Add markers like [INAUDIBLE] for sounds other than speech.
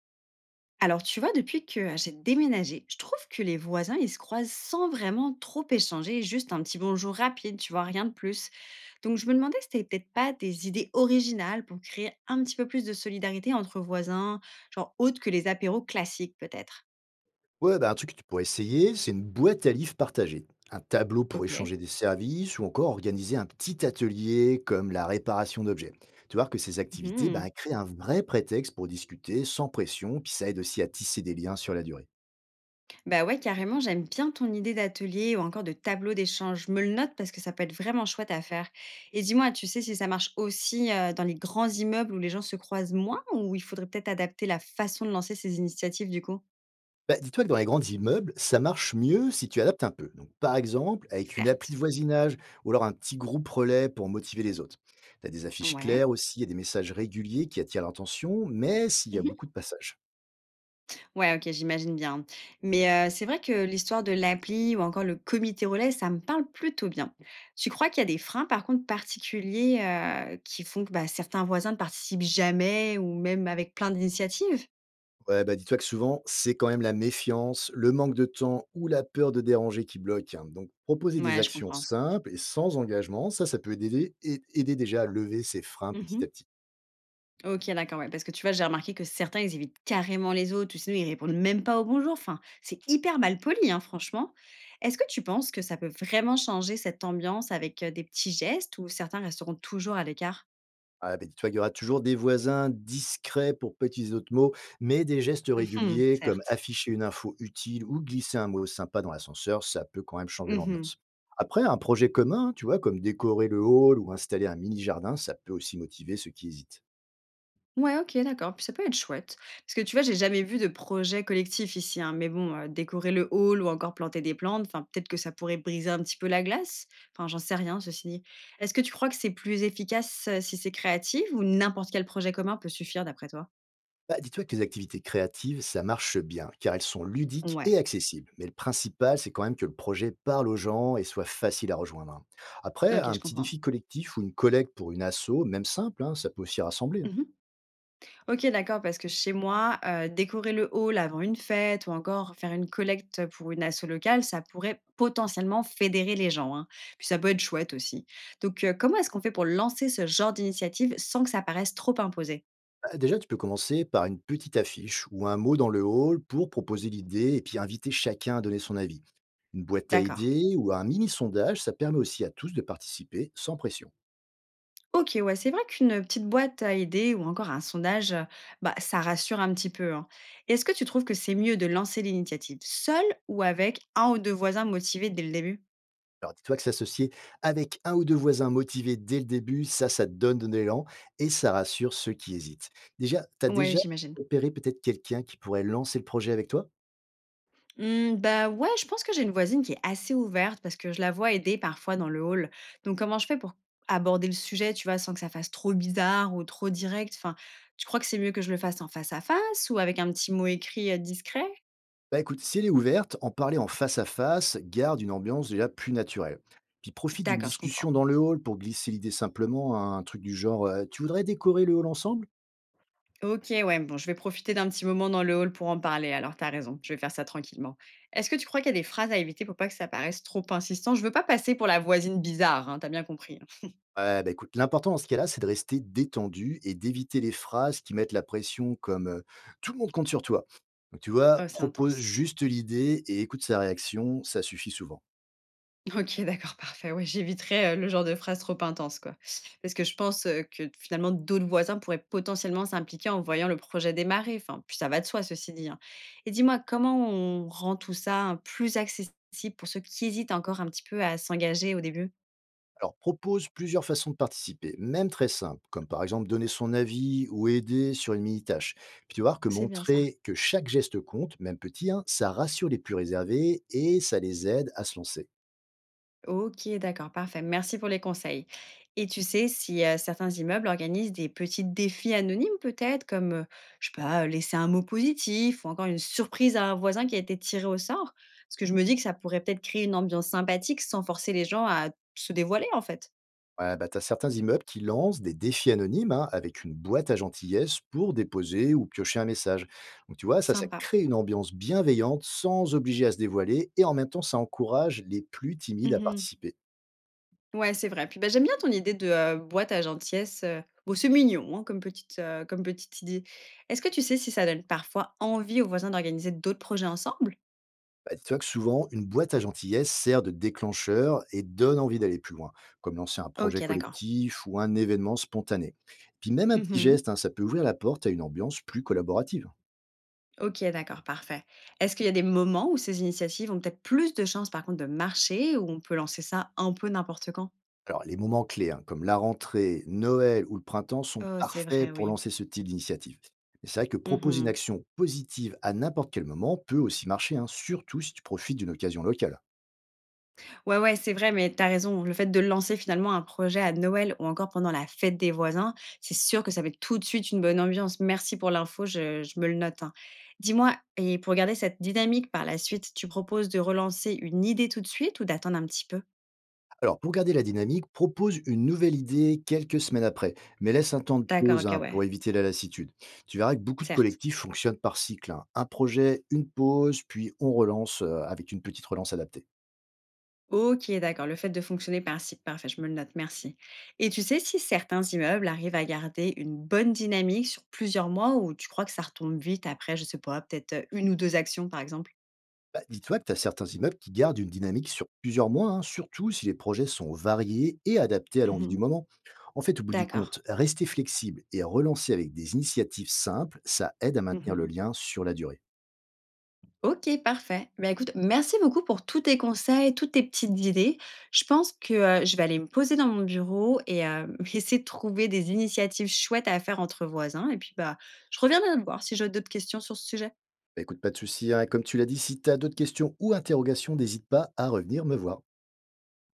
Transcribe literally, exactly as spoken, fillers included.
Alors, tu vois, depuis que euh, j'ai déménagé, je trouve que les voisins, ils se croisent sans vraiment trop échanger, juste un petit bonjour rapide, tu vois, rien de plus. Donc, je me demandais si t'avais peut-être pas des idées originales pour créer un petit peu plus de solidarité entre voisins, genre autre que les apéros classiques, peut-être. Ouais, bah, un truc que tu pourrais essayer, c'est une boîte à livres partagée, un tableau pour Ok. échanger des services ou encore organiser un petit atelier comme la réparation d'objets. Tu vois que ces activités bah, créent un vrai prétexte pour discuter sans pression, puis ça aide aussi à tisser des liens sur la durée. Bah ouais, carrément, j'aime bien ton idée d'atelier ou encore de tableau d'échange. Je me le note parce que ça peut être vraiment chouette à faire. Et dis-moi, tu sais si ça marche aussi euh, dans les grands immeubles où les gens se croisent moins, ou il faudrait peut-être adapter la façon de lancer ces initiatives du coup. Bah, dis-toi que dans les grands immeubles, ça marche mieux si tu adaptes un peu. Donc, par exemple, avec une appli Certes. de voisinage ou alors un petit groupe relais pour motiver les autres. Tu as des affiches Ouais. claires aussi et des messages réguliers qui attirent l'attention, mais s'il y a Mhm. beaucoup de passages. Ouais, ok, j'imagine bien. Mais euh, c'est vrai que l'histoire de l'appli ou encore le comité relais, ça me parle plutôt bien. Tu crois qu'il y a des freins, par contre, particuliers euh, qui font que bah, certains voisins ne participent jamais, ou même avec plein d'initiatives. Ouais, bah, dis-toi que souvent, c'est quand même la méfiance, le manque de temps ou la peur de déranger qui bloque, hein. Donc, proposer des Ouais, je actions comprends. simples et sans engagement, ça, ça peut aider, et- aider déjà à lever ses freins petit Mmh. à petit. OK, d'accord, ouais, parce que tu vois, j'ai remarqué que certains, ils évitent carrément les autres, ou sinon ils répondent même pas au «bonjour». Enfin, c'est hyper mal poli, hein, franchement. Est-ce que tu penses que ça peut vraiment changer cette ambiance avec, heu, des petits gestes, ou certains resteront toujours à l'écart? Ah, bah, dis-toi qu'il y aura toujours des voisins discrets pour petits autres mots, mais des gestes Mmh. réguliers comme Certes. afficher une info utile ou glisser un mot sympa dans l'ascenseur, ça peut quand même changer Mmh. l'ambiance. Après, un projet commun, tu vois, comme décorer le hall ou installer un mini-jardin, ça peut aussi motiver ceux qui hésitent. Ouais, OK, d'accord. Puis ça peut être chouette. Parce que tu vois, j'ai jamais vu de projet collectif ici, hein, mais bon, heu, décorer le hall ou encore planter des plantes, enfin, peut-être que ça pourrait briser un petit peu la glace? Enfin, j'en sais rien, ceci dit. Est-ce que tu crois que c'est plus efficace, heu, si c'est créatif, ou n'importe quel projet commun peut suffire d'après toi? Bah, dis-toi que les activités créatives, ça marche bien, car elles sont ludiques et Ouais, accessibles. Mais le principal, c'est quand même que le projet parle aux gens et soit facile à rejoindre, hein. Après, OK, un je petit comprends. défi collectif ou une collecte pour une asso, même simple, hein, ça peut aussi rassembler, hein. Mmh. OK, d'accord, parce que chez moi, heu, décorer le hall avant une fête ou encore faire une collecte pour une asso locale, ça pourrait potentiellement fédérer les gens, hein. Puis ça peut être chouette aussi. Donc, heu, comment est-ce qu'on fait pour lancer ce genre d'initiative sans que ça paraisse trop imposé? Bah, déjà, tu peux commencer par une petite affiche ou un mot dans le hall pour proposer l'idée et puis inviter chacun à donner son avis. Une boîte à D'accord. idées ou un mini sondage, ça permet aussi à tous de participer sans pression. OK, ouais, c'est vrai qu'une, petite boîte à idées ou encore un sondage, heu, bah, ça rassure un petit peu, hein. Est-ce que tu trouves que c'est mieux de lancer l'initiative seule, ou avec un ou deux voisins motivés dès le début? Alors dis-toi que s'associer avec un ou deux voisins motivés dès le début, ça, ça te donne de l'élan et ça rassure ceux qui hésitent. Déjà, tu as Ouais, déjà j'imagine. repéré peut-être quelqu'un qui pourrait lancer le projet avec toi. Mmh, bah, ouais, je pense que j'ai une voisine qui est assez ouverte parce que je la vois aider parfois dans le hall. Donc, comment je fais pour aborder le sujet, tu vois, sans que ça fasse trop bizarre ou trop direct. Enfin, tu crois que c'est mieux que je le fasse en face à face, ou avec un petit mot écrit euh, discret? Bah écoute, si elle est ouverte, en parler en face à face garde une ambiance déjà plus naturelle. Puis profite d'une D'accord, je discussion comprends. dans le hall pour glisser l'idée simplement à un truc du genre euh, tu voudrais décorer le hall ensemble? Ok, ouais, bon, je vais profiter d'un petit moment dans le hall pour en parler. Alors, t'as raison, je vais faire ça tranquillement. Est-ce que tu crois qu'il y a des phrases à éviter pour pas que ça paraisse trop insistant? Je veux pas passer pour la voisine bizarre, hein, t'as bien compris, hein. Ouais, bah, écoute, l'important dans ce cas-là, c'est de rester détendu et d'éviter les phrases qui mettent la pression comme euh, tout le monde compte sur toi. Donc, tu vois, Oh, c'est propose intense. juste l'idée et écoute sa réaction, ça suffit souvent. OK, d'accord, parfait. Ouais, j'éviterais, heu, le genre de phrase trop intense, quoi. Parce que je pense, heu, que finalement d'autres voisins pourraient potentiellement s'impliquer en voyant le projet démarrer. Enfin, puis ça va de soi, ceci dit, hein. Et dis-moi, comment on rend tout ça, hein, plus accessible pour ceux qui hésitent encore un petit peu à s'engager au début? Alors, propose plusieurs façons de participer, même très simples, comme par exemple donner son avis ou aider sur une mini-tâche. Puis tu vas voir que C'est bien ça. montrer que chaque geste compte, même petit, hein, ça rassure les plus réservés et ça les aide à se lancer. OK, d'accord, parfait. Merci pour les conseils. Et tu sais si, heu, certains immeubles organisent des petits défis anonymes peut-être comme, heu, je sais pas, laisser un mot positif ou encore une surprise à un voisin qui a été tiré au sort? Parce que je me dis que ça pourrait peut-être créer une ambiance sympathique sans forcer les gens à se dévoiler en fait. Ouais, bah, tu as certains immeubles qui lancent des défis anonymes, hein, avec une boîte à gentillesse pour déposer ou piocher un message. Donc tu vois, ça, ça Sympa. crée une ambiance bienveillante sans obliger à se dévoiler et en même temps, ça encourage les plus timides à Mmh. participer. Ouais, c'est vrai. Puis, bah, j'aime bien ton idée de, heu, boîte à gentillesse, heu, bon, c'est mignon, hein, comme petite, heu, comme petite idée. Est-ce que tu sais si ça donne parfois envie aux voisins d'organiser d'autres projets ensemble? Bah, tu vois que souvent, une boîte à gentillesse sert de déclencheur et donne envie d'aller plus loin, comme lancer un projet OK, d'accord. collectif ou un événement spontané. Puis même un petit Mmh. geste, hein, ça peut ouvrir la porte à une ambiance plus collaborative. OK, d'accord, parfait. Est-ce qu'il y a des moments où ces initiatives ont peut-être plus de chances, par contre, de marcher, où on peut lancer ça un peu n'importe quand? Alors, les moments clés, hein, comme la rentrée, Noël ou le printemps, sont Oh, c'est vrai, parfaits pour oui. lancer ce type d'initiative. Mais c'est vrai que proposer une Mmh. action positive à n'importe quel moment peut aussi marcher, hein, surtout si tu profites d'une occasion locale. Ouais, ouais, c'est vrai, mais t'as raison. Le fait de lancer finalement un projet à Noël ou encore pendant la fête des voisins, c'est sûr que ça met tout de suite une bonne ambiance. Merci pour l'info, je je me le note, hein. Dis-moi, et pour garder cette dynamique par la suite, tu proposes de relancer une idée tout de suite ou d'attendre un petit peu? Alors, pour garder la dynamique, propose une nouvelle idée quelques semaines après, mais laisse un temps de D'accord, pause, OK, hein, ouais, pour éviter la lassitude. Tu verras que beaucoup de certes. collectifs fonctionnent par cycle, hein. Un projet, une pause, puis on relance euh, avec une petite relance adaptée. OK, d'accord, le fait de fonctionner par site, parfait, je me le note, merci. Et tu sais si certains immeubles arrivent à garder une bonne dynamique sur plusieurs mois, ou tu crois que ça retombe vite après, je sais pas, peut-être euh, une ou deux actions par exemple? Bah, dis-toi que tu as certains immeubles qui gardent une dynamique sur plusieurs mois, hein, surtout si les projets sont variés et adaptés à l'envie du Mhm. moment. En fait, au bout du D'accord. compte, rester flexible et relancer avec des initiatives simples, ça aide à maintenir le Mhm. lien sur la durée. Ok, parfait. Ben écoute, merci beaucoup pour tous tes conseils, toutes tes petites idées. Je pense que euh, je vais aller me poser dans mon bureau et euh, [LAUGHS] essayer de trouver des initiatives chouettes à faire entre voisins. Et puis, bah, je reviendrai te voir si j'ai d'autres questions sur ce sujet. Bah, écoute, pas de souci, hein, comme tu l'as dit, si tu as d'autres questions ou interrogations, n'hésite pas à revenir me voir.